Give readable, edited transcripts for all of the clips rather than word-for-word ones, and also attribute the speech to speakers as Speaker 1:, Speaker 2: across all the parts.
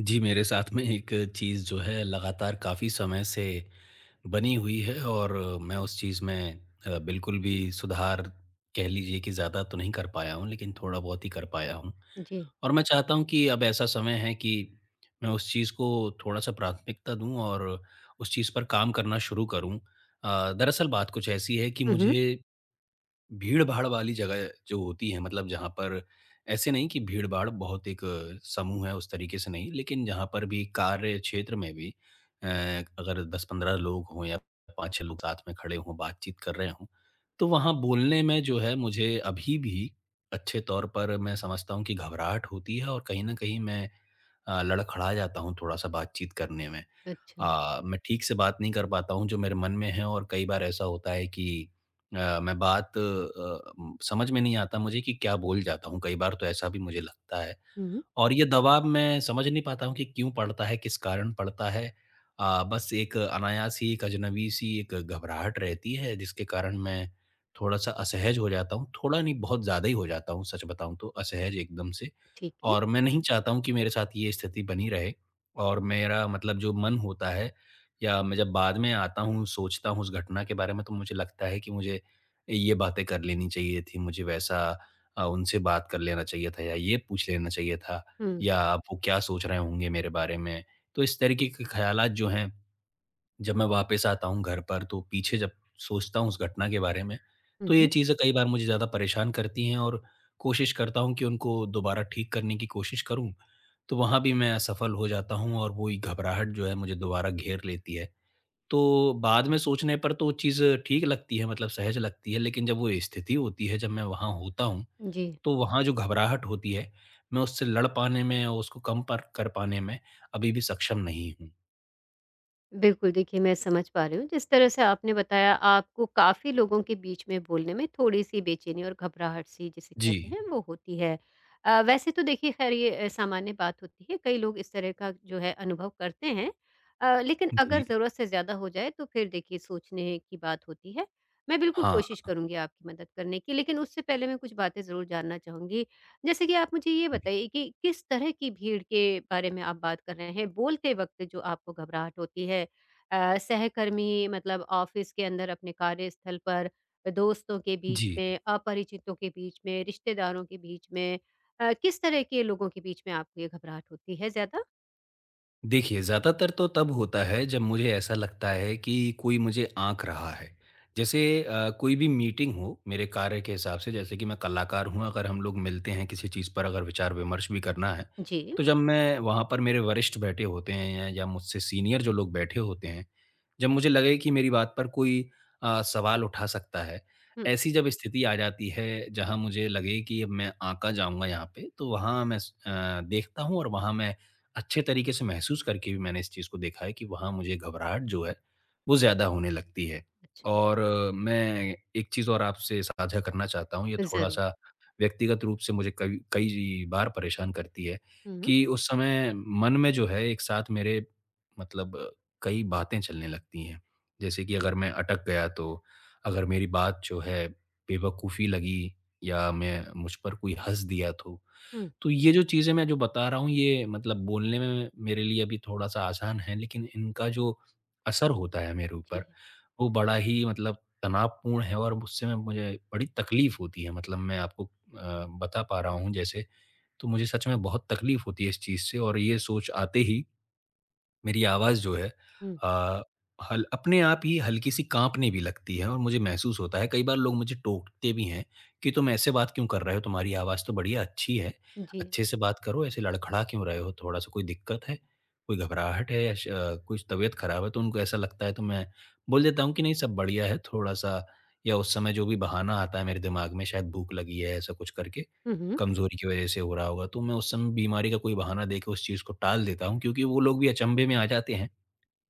Speaker 1: जी, मेरे साथ में एक चीज़ जो है लगातार काफ़ी समय से बनी हुई है और मैं उस चीज़ में बिल्कुल भी सुधार, कह लीजिए, कि ज़्यादा तो नहीं कर पाया हूँ, लेकिन थोड़ा बहुत ही कर पाया हूँ।
Speaker 2: जी।
Speaker 1: और मैं चाहता हूँ कि अब ऐसा समय है कि मैं उस चीज़ को थोड़ा-सा प्राथमिकता दूँ और उस चीज़ पर काम करना शुरू करूँ। दरअसल बात कुछ ऐसी है कि
Speaker 2: हुँ, हुँ।
Speaker 1: मुझे भीड़-भाड़ वाली जगह जो होती है, मतलब जहाँ पर ऐसे नहीं कि भीड़-भाड़ बहुत, एक समूह है उस तरीके से नहीं, लेकिन जहाँ पर भी कार्य क्षेत्र में भी अ, अगर 10-15 लोग हों या 5-6 लोग साथ में खड़े हों, बातचीत कर रहे हों, तो वहाँ बोलने में जो है मुझे अभी भी अच्छे तौर पर मैं समझता हूँ कि घबराहट होती है, और कहीं न कहीं मैं लड़खड़ा जाता हूँ थोड़ा-सा बातचीत करने में।
Speaker 2: अच्छा।
Speaker 1: मैं ठीक से बात नहीं कर पाता हूँ जो मेरे मन में है, और कई बार ऐसा होता है कि अ, मैं बात अ, म- समझ में नहीं आता मुझे कि क्या बोल जाता हूँ, कई बार तो ऐसा भी मुझे लगता है।
Speaker 2: हुँ।
Speaker 1: और ये दबाव मैं समझ नहीं पाता हूँ कि क्यों पड़ता है, किस कारण पड़ता है। बस एक अनायास ही, एक अजनबी-सी एक घबराहट रहती है जिसके कारण मैं थोड़ा-सा असहज हो जाता हूँ। थोड़ा नहीं, बहुत ज़्यादा ही हो जाता हूँ, सच बताऊँ तो असहज एकदम से।
Speaker 2: ठीक है।
Speaker 1: और मैं नहीं चाहता हूँ कि मेरे साथ ये स्थिति बनी रहे, और मेरा मतलब जो मन होता है, या मैं जब बाद में आता हूँ, सोचता हूँ उस घटना के बारे में, तो मुझे लगता है कि मुझे ये बातें कर लेनी चाहिए थी, मुझे वैसा उनसे बात कर लेना चाहिए था या ये पूछ लेना चाहिए था।
Speaker 2: हुँ।
Speaker 1: या अब वो क्या सोच रहे होंगे मेरे बारे में? तो इस तरीके के ख़्यालात जो हैं, जब मैं वापस आता हूँ घर पर, तो पीछे जब सोचता हूँ उस घटना के बारे में,
Speaker 2: हुँ,
Speaker 1: तो ये
Speaker 2: हुँ।
Speaker 1: चीज़ें कई बार मुझे ज़्यादा परेशान करती हैं, और कोशिश करता हूँ कि उनको दोबारा ठीक करने की कोशिश करूँ, तो वहाँ भी मैं असफल हो जाता हूँ और वही घबराहट जो है मुझे दोबारा घेर लेती है। तो बाद में सोचने पर तो चीज़ ठीक लगती है, मतलब सहज लगती है, लेकिन जब वो स्थिति होती है, जब मैं वहाँ होता हूँ,
Speaker 2: जी।
Speaker 1: तो वहाँ जो घबराहट होती है, मैं उससे लड़ पाने में और उसको कम पर कर पाने में अभी भी सक्षम नहीं हूँ।
Speaker 2: बिल्कुल, देखिए मैं समझ पा रही हूँ, जिस तरह से आपने बताया आपको काफ़ी लोगों के बीच में बोलने में थोड़ी-सी बेचैनी और घबराहट-सी जिसे
Speaker 1: जी।
Speaker 2: कहते हैं वो होती है। वैसे तो देखिए ख़ैर ये सामान्य बात होती है, कई लोग इस तरह का जो है अनुभव करते हैं। लेकिन अगर
Speaker 1: जी।
Speaker 2: ज़रूरत से ज़्यादा हो जाए तो फिर देखिए सोचने की बात होती है। मैं बिल्कुल
Speaker 1: हाँ।
Speaker 2: कोशिश करूँगी आपकी मदद करने की, लेकिन उससे पहले मैं कुछ बातें ज़रूर जानना चाहूँगी। जैसे कि आप मुझे ये बताइए कि किस तरह की भीड़ के बारे में आप बात कर रहे हैं? बोलते वक़्त जो आपको घबराहट होती है सहकर्मी मतलब ऑफ़िस के अंदर अपने कार्यस्थल पर, दोस्तों के बीच
Speaker 1: जी।
Speaker 2: में, अपरिचितों के बीच में, रिश्तेदारों के बीच में किस तरह के लोगों के बीच में आपको ये घबराहट होती है ज़्यादा?
Speaker 1: देखिए, ज़्यादातर तो तब होता है जब मुझे ऐसा लगता है कि कोई मुझे आँक रहा है। जैसे कोई भी मीटिंग हो मेरे कार्य के हिसाब से, जैसे कि मैं कलाकार हूँ, अगर हम लोग मिलते हैं किसी चीज़ पर, अगर विचार-विमर्श भी करना है,
Speaker 2: जी।
Speaker 1: तो जब मैं वहाँ पर, मेरे वरिष्ठ बैठे होते हैं या मुझसे सीनियर जो लोग बैठे होते हैं, जब मुझे लगे कि मेरी बात पर कोई सवाल उठा सकता है,
Speaker 2: हुँ,
Speaker 1: ऐसी जब स्थिति आ जाती है जहाँ मुझे लगे कि अब मैं आँका जाऊँगा यहाँ पे, तो वहाँ मैं देखता हूँ और वहाँ मैं अच्छे तरीके से महसूस करके भी मैंने इस चीज़ को देखा है कि वहाँ मुझे घबराहट जो है, वो ज़्यादा होने लगती है।
Speaker 2: अच्छा।
Speaker 1: और मैं एक चीज़ और आपसे साझा करना चाहता हूँ, ये
Speaker 2: ज़रूर।
Speaker 1: थोड़ा-सा व्यक्तिगत रूप से मुझे कई कई बार परेशान करती है,
Speaker 2: हुँ,
Speaker 1: कि उस समय मन में जो है एक साथ मेरे, मतलब कई बातें चलने लगती हैं। जैसे कि अगर मैं अटक गया तो, अगर मेरी बात जो है बेवकूफ़ी लगी, या मैं मुझ पर कोई हँस दिया
Speaker 2: हुँ।
Speaker 1: तो ये जो चीज़ें मैं जो बता रहा हूँ, ये मतलब बोलने में मेरे लिए अभी थोड़ा-सा आसान है, लेकिन इनका जो असर होता है मेरे ऊपर,
Speaker 2: जी।
Speaker 1: वो बड़ा ही, मतलब, तनावपूर्ण है और उससे मैं, मुझे बड़ी तकलीफ़ होती है। मतलब मैं आपको बता पा रहा हूँ जैसे, तो मुझे सच में बहुत तकलीफ़ होती है इस चीज़ से, और ये सोच आते ही मेरी आवाज़ जो है
Speaker 2: हुँ,
Speaker 1: अ, हल अपने आप ही हल्की-सी काँपने भी लगती है, और मुझे महसूस होता है कई बार लोग मुझे टोकते भी हैं कि तुम ऐसे बात क्यों कर रहे हो? तुम्हारी आवाज़ तो बढ़िया, अच्छी है,
Speaker 2: जी।
Speaker 1: अच्छे से बात करो, ऐसे लड़खड़ा क्यों रहे हो? थोड़ा-सा कोई दिक्कत है? कोई घबराहट है या कुछ तबीयत ख़राब है? तो उनको ऐसा लगता है, तो मैं बोल देता हूँ कि नहीं, सब बढ़िया है, थोड़ा-सा, या उस समय जो भी बहाना आता है मेरे दिमाग में, शायद भूख लगी है, ऐसा कुछ करके,
Speaker 2: हुँ, हुँ।
Speaker 1: कमज़ोरी की वज़ह से हो रहा होगा, तो मैं उस समय बीमारी का कोई बहाना देके उस चीज़ को टाल देता हूँ, क्योंकि वो लोग भी अचंभे में आ जाते हैं।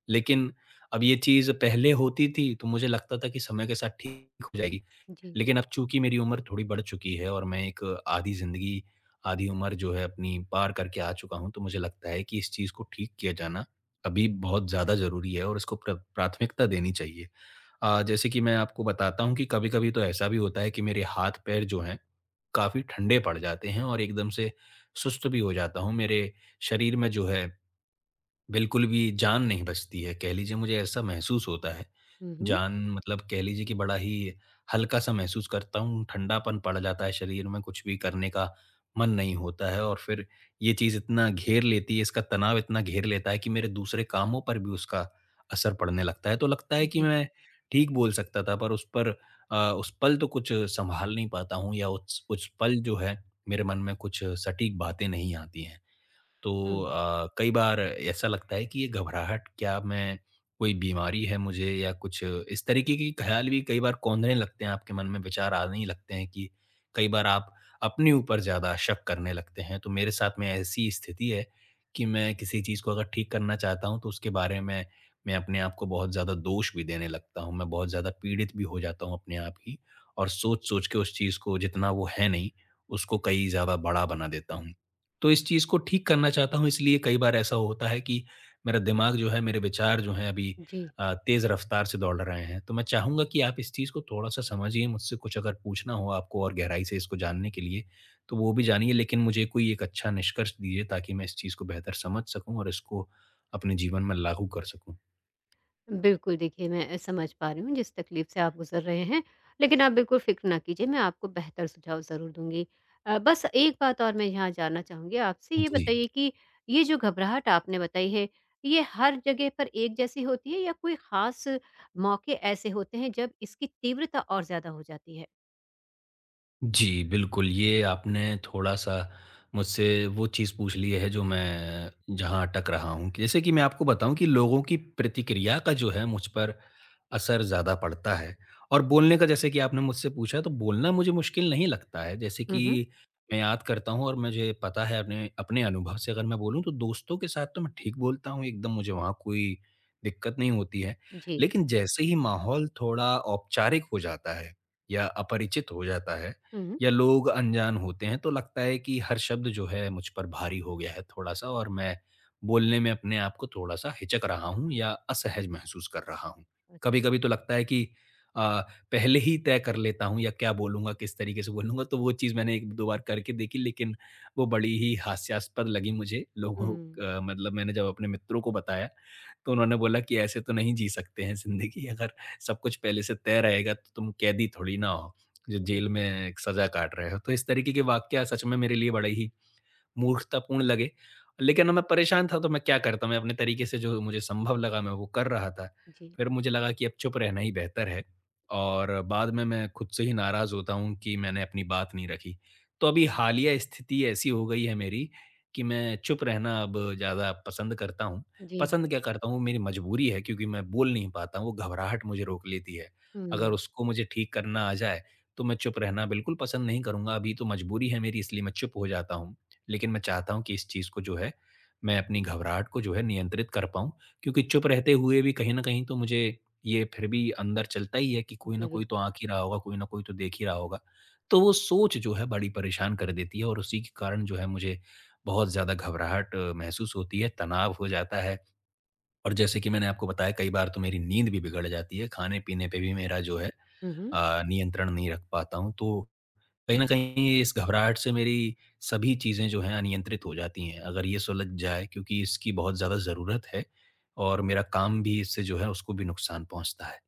Speaker 1: लेकिन अब ये चीज़ पहले होती थी तो मुझे लगता था कि समय के साथ ठीक हो जाएगी।
Speaker 2: जी।
Speaker 1: लेकिन अब चूँकि मेरी उम्र थोड़ी बढ़ चुकी है, और मैं एक आधी ज़िंदगी, आधी उम्र जो है अपनी पार करके आ चुका हूँ, तो मुझे लगता है कि इस चीज़ को ठीक किया जाना अभी बहुत ज़्यादा ज़रूरी है, और इसको प्राथमिकता देनी चाहिए। जैसे कि मैं आपको बताता हूँ कि कभी-कभी तो ऐसा भी होता है कि मेरे हाथ-पैर जो हैं, काफ़ी ठंडे पड़ जाते हैं और एकदम से सुस्त भी हो जाता हूँ। मेरे शरीर में जो है, बिल्कुल भी जान नहीं बचती है। कह लीजिए, मुझे ऐसा महसूस होता है।
Speaker 2: हुँ, हुँ।
Speaker 1: जान मतलब, कह लीजिए कि बड़ा ही हल्का-सा महसूस करता हूँ, ठंडापन पड़ जाता है शरीर में, कुछ भी करने का मन नहीं होता है, और फिर ये चीज़ इतना घेर लेती है, इसका तनाव इतना घेर लेता है कि मेरे दूसरे कामों पर भी उसका असर पड़ने लगता है। तो लगता है कि
Speaker 2: जी।
Speaker 1: मैं ठीक बोल सकता था, पर उस पल तो कुछ सँभाल नहीं पाता हूँ, या उस पल जो है, मेरे मन में कुछ सटीक बातें नहीं आती हैं। तो
Speaker 2: हुँ,
Speaker 1: कई बार ऐसा लगता है कि ये घबराहट क्या, मैं, कोई बीमारी है मुझे? या कुछ इस तरीके के ख्याल भी कई बार कौंधने लगते हैं, आपके मन में विचार आने ही लगते हैं कि कई बार आप अपने ऊपर ज़्यादा शक करने लगते हैं। तो मेरे साथ में ऐसी स्थिति है कि मैं किसी चीज़ को अगर ठीक करना चाहता हूँ, तो उसके बारे में मैं अपने आप को बहुत ज़्यादा दोष भी देने लगता हूँ। मैं बहुत ज़्यादा पीड़ित भी हो जाता हूँ अपने आप ही, और सोच-सोच के उस चीज़ को जितना वो है नहीं, उसको कहीं ज़्यादा बड़ा बना देता हूँ। तो इस चीज़ को ठीक करना चाहता हूँ, इसलिए कई बार ऐसा होता है कि मेरा दिमाग जो है, मेरे विचार जो हैं अभी
Speaker 2: जी।
Speaker 1: तेज़ रफ़्तार से दौड़ रहे हैं। तो मैं चाहूँगा कि आप इस चीज़ को थोड़ा-सा समझिए, मुझसे कुछ अगर पूछना हो आपको और गहराई से इसको जानने के लिए, तो वो भी जानिए, लेकिन मुझे कोई एक अच्छा निष्कर्ष दीजिए, ताकि मैं इस चीज़ को बेहतर समझ सकूँ और इसको अपने जीवन में लागू कर सकूँ।
Speaker 2: बिल्कुल, देखिए मैं समझ पा रही हूँ जिस तकलीफ़ से आप गुज़र रहे हैं, लेकिन आप बिल्कुल फ़िक्र ना कीजिए, मैं आपको बेहतर सुझाव ज़रूर दूँगी। बस एक बात और मैं यहाँ जानना चाहूँगी आपसे, ये
Speaker 1: जी।
Speaker 2: बताइए कि ये जो घबराहट आपने बताई है, ये हर जगह पर एक जैसी होती है या कोई ख़ास मौके ऐसे होते हैं जब इसकी तीव्रता और ज़्यादा हो जाती है?
Speaker 1: जी, बिल्कुल, ये आपने थोड़ा-सा मुझसे वो चीज़ पूछ ली है जो मैं जहाँ अटक रहा हूँ। जैसे कि मैं आपको बताऊँ, कि लोगों की प्रतिक्रिया का जो है मुझ पर असर ज़्यादा पड़ता है, और बोलने का जैसे कि आपने मुझसे पूछा, तो बोलना मुझे मुश्किल नहीं लगता है। जैसे
Speaker 2: हुँ, हुँ।
Speaker 1: कि मैं याद करता हूँ और मुझे पता है, अपने अपने अनुभव से अगर मैं बोलूँ, तो दोस्तों के साथ तो मैं ठीक बोलता हूँ, एकदम मुझे वहाँ कोई दिक्कत नहीं होती है।
Speaker 2: जी।
Speaker 1: लेकिन जैसे ही माहौल थोड़ा औपचारिक हो जाता है, या अपरिचित हो जाता है,
Speaker 2: हुँ, हुँ।
Speaker 1: या लोग अनजान होते हैं, तो लगता है कि हर शब्द जो है मुझ पर भारी हो गया है थोड़ा-सा, और मैं बोलने में अपने आप को थोड़ा-सा हिचक रहा हूँ, या असहज महसूस कर रहा हूँ।
Speaker 2: अ,
Speaker 1: कभी-कभी तो लगता है कि अ, पहले ही तय कर लेता हूँ या क्या बोलूँगा, किस तरीके से बोलूँगा, तो वो चीज़ मैंने 1-2 बार करके देखी, लेकिन वो बड़ी ही हास्यास्पद लगी मुझे। लोगों,
Speaker 2: हुँ,
Speaker 1: मतलब मैंने जब अपने मित्रों को बताया, तो उन्होंने बोला कि ऐसे तो नहीं जी सकते हैं ज़िंदगी, अगर सब कुछ पहले से तय रहेगा तो तुम कैदी थोड़ी ना हो, जो जेल में
Speaker 2: बिल्कुल।
Speaker 1: एक सज़ा काट रहे हो। तो इस तरीके के वाकया सच में मेरे लिए बड़े ही मूर्खतापूर्ण लगे। लेकिन अब मैं परेशान था तो मैं क्या करता, मैं अपने तरीके से जो मुझे संभव लगा मैं वो कर रहा था।
Speaker 2: जी,
Speaker 1: फिर मुझे लगा कि अब चुप रहना ही बेहतर है, और बाद में मैं खुद से ही नाराज़ होता हूँ कि मैंने अपनी बात नहीं रखी। तो अभी हालिया स्थिति ऐसी हो गई है मेरी, कि मैं चुप रहना अब ज़्यादा पसंद करता हूँ।
Speaker 2: जी।
Speaker 1: पसंद क्या करता हूँ, मेरी मजबूरी है, क्योंकि मैं बोल नहीं पाता हूँ, वो घबराहट मुझे रोक लेती है। अगर
Speaker 2: हुँ,
Speaker 1: उसको मुझे ठीक करना आ जाए, तो मैं चुप रहना बिल्कुल पसंद नहीं करूँगा, अभी तो मजबूरी है मेरी, इसलिए मैं चुप हो जाता हूँ। लेकिन मैं चाहता हूँ कि इस चीज़ को जो है, मैं अपनी घबराहट को जो है नियंत्रित कर पाऊँ। क्योंकि चुप रहते हुए भी कहीं न कहीं तो मुझे ये फिर भी अंदर चलता ही है कि कोई
Speaker 2: जी,
Speaker 1: न कोई तो
Speaker 2: बिल्कुल।
Speaker 1: आँक ही रहा होगा, कोई न कोई तो देख ही रहा होगा। तो वो सोच जो है बड़ी परेशान कर देती है, और उसी के कारण जो है मुझे बहुत ज़्यादा घबराहट महसूस होती है, तनाव हो जाता है, और जैसे कि मैंने आपको बताया, कई बार तो मेरी नींद भी बिगड़ जाती है, खाने-पीने पे भी मेरा जो है
Speaker 2: हुँ, हुँ।
Speaker 1: नियंत्रण नहीं रख पाता हूँ। तो कहीं न कहीं इस घबराहट से मेरी सभी चीज़ें जो हैं अनियंत्रित हो जाती हैं। अगर ये सुलझ जाए, क्योंकि इसकी बहुत ज़्यादा ज़रूरत है, और मेरा काम भी इससे जो है, उसको भी नुकसान पहुँचता है।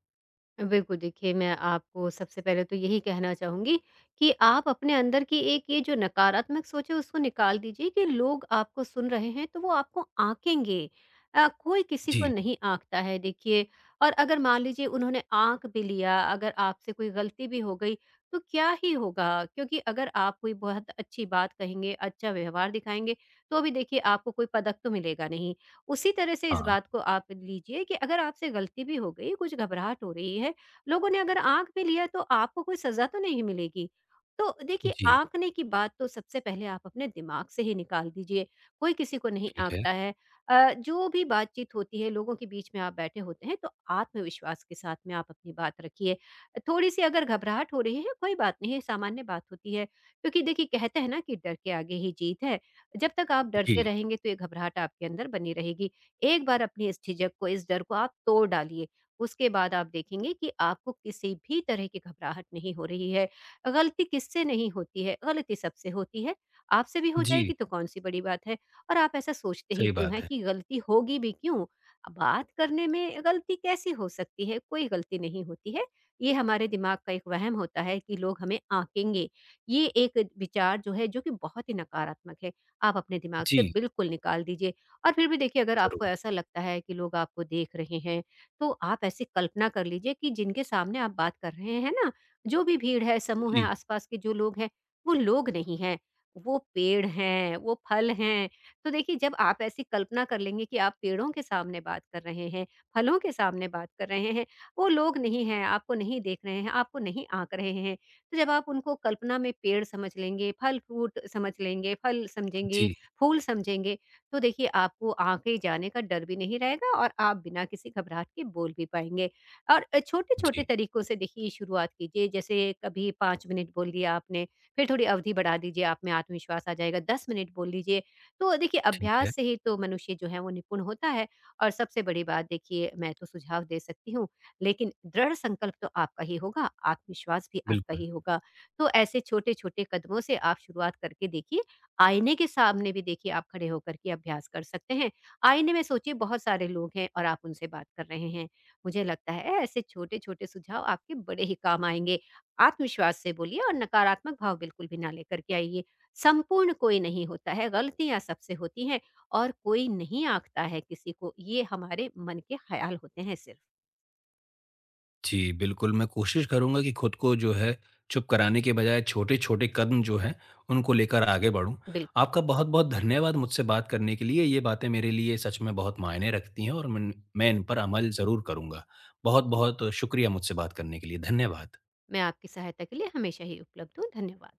Speaker 2: बिल्कुल, देखिए मैं आपको सबसे पहले तो यही कहना चाहूँगी कि आप अपने अंदर की एक ये जो नकारात्मक सोच है उसको निकाल दीजिए कि लोग आपको सुन रहे हैं तो वो आपको आँकेंगे। कोई किसी को
Speaker 1: जी।
Speaker 2: नहीं आँकता है देखिए और अगर मान लीजिए उन्होंने आँक भी लिया, अगर आपसे कोई गलती भी हो गई तो क्या ही होगा? क्योंकि अगर आप कोई बहुत अच्छी बात कहेंगे, अच्छा व्यवहार दिखाएँगे तो भी देखिए आपको कोई पदक तो मिलेगा नहीं। उसी तरह से इस
Speaker 1: हाँ,
Speaker 2: बात को आप लीजिए कि अगर आपसे गलती भी हो गई, कुछ घबराहट हो रही है, लोगों ने अगर आँक भी लिया तो आपको कोई सज़ा तो नहीं मिलेगी। तो देखिए
Speaker 1: जी,
Speaker 2: आँकने की बात तो सबसे पहले आप अपने दिमाग से ही निकाल दीजिए, कोई किसी को नहीं
Speaker 1: ठीक है।
Speaker 2: आँकता है। जो भी बातचीत होती है, लोगों के बीच में आप बैठे होते हैं, तो आत्मविश्वास के साथ में आप अपनी बात रखिए। थोड़ी-सी अगर घबराहट हो रही है, कोई बात नहीं है, सामान्य बात होती है, क्योंकि देखिए कहते हैं ना कि डर के आगे ही जीत है। जब तक आप डरते
Speaker 1: जी,
Speaker 2: रहेंगे तो ये घबराहट आपके अंदर बनी रहेगी। एक बार अपनी इस झिझक को, इस डर को आप तोड़ डालिए, उसके बाद आप देखेंगे कि आपको किसी भी तरह की घबराहट नहीं हो रही है। गलती किससे नहीं होती है, गलती सबसे होती है। आपसे भी हो
Speaker 1: जी,
Speaker 2: जाएगी तो कौन-सी बड़ी बात है और आप ऐसा सोचते ही
Speaker 1: सही
Speaker 2: क्यों
Speaker 1: बात
Speaker 2: हैं
Speaker 1: है।
Speaker 2: कि गलती होगी भी क्यों? बात करने में गलती कैसी हो सकती है? कोई गलती नहीं होती है। ये हमारे दिमाग का एक वहम होता है कि लोग हमें आँकेंगे। ये एक विचार जो है जो कि बहुत ही नकारात्मक है। आप अपने दिमाग से
Speaker 1: जी,
Speaker 2: बिल्कुल निकाल दीजिए। और फिर भी देखिए अगर आपको
Speaker 1: ज़रूर।
Speaker 2: ऐसा लगता है कि लोग आपको देख रहे हैं, तो आप ऐसी कल्पना कर लीजिए कि जिनके सामने आप बात कर रहे हैं ना, जो भी भीड़ है, समूह है,
Speaker 1: जी,
Speaker 2: आस-पास के जो लोग हैं, वो लोग नहीं हैं, वो पेड़ हैं, वो फल हैं। तो देखिए जब आप ऐसी कल्पना कर लेंगे कि आप पेड़ों के सामने बात कर रहे हैं, फलों के सामने बात कर रहे हैं, वो लोग नहीं हैं, आपको नहीं देख रहे हैं, आपको नहीं आँक रहे हैं। तो जब आप उनको कल्पना में पेड़ समझ लेंगे, फल-फ्रूट समझ लेंगे, फल समझेंगे,
Speaker 1: जी,
Speaker 2: फूल समझेंगे, तो देखिए आपको आगे जाने का डर भी नहीं रहेगा और आप बिना किसी घबराहट के बोल भी पाएँगे। और छोटे-छोटे
Speaker 1: जी,
Speaker 2: तरीकों से देखिए शुरुआत कीजिए, जैसे कभी 5 मिनट बोल दिया आपने, फिर थोड़ी अवधि बढ़ा दीजिए, आप में आत्मविश्वास आ जाएगा, 10 मिनट बोल लीजिए। तो देखिए
Speaker 1: ठीक है,
Speaker 2: अभ्यास से ही तो मनुष्य जो है वो निपुण होता है और सबसे बड़ी बात देखिए मैं तो सुझाव दे सकती हूँ लेकिन दृढ़ संकल्प तो आपका ही होगा, आत्मविश्वास भी आपका
Speaker 1: बिल्कुल।
Speaker 2: ही होगा। तो ऐसे छोटे-छोटे कदमों से आप शुरुआत करके देखिए। आईने के सामने भी देखिए आप खड़े होकर के अभ्यास कर सकते हैं। आईने में सोचिए बहुत सारे लोग हैं और आप उनसे बात कर रहे हैं। मुझे लगता है ऐसे छोटे-छोटे सुझाव आपके बड़े ही काम आएँगे। आत्मविश्वास से बोलिए और नकारात्मक भाव बिल्कुल भी ना लेकर के आइए। संपूर्ण कोई नहीं होता है, गलतियाँ सबसे होती हैं और कोई नहीं आँकता है किसी को। ये हमारे मन के ख़्याल होते हैं सिर्फ़।
Speaker 1: जी, बिल्कुल, मैं कोशिश करूँगा कि खुद को जो है चुप कराने के बजाय छोटे-छोटे कदम जो हैं, उनको लेकर आगे बढ़ूँ।
Speaker 2: बिल्कुल।
Speaker 1: आपका बहुत-बहुत धन्यवाद मुझसे बात करने के लिए, ये बातें मेरे लिए सच में बहुत मायने रखती हैं, और मन मैं इन पर अमल ज़रूर करूँगा।
Speaker 2: जी,
Speaker 1: बहुत-बहुत शुक्रिया मुझसे बात करने के लिए, धन्यवाद।
Speaker 2: मैं आपकी सहायता के लिए हमेशा ही उपलब्ध हूँ। धन्यवाद।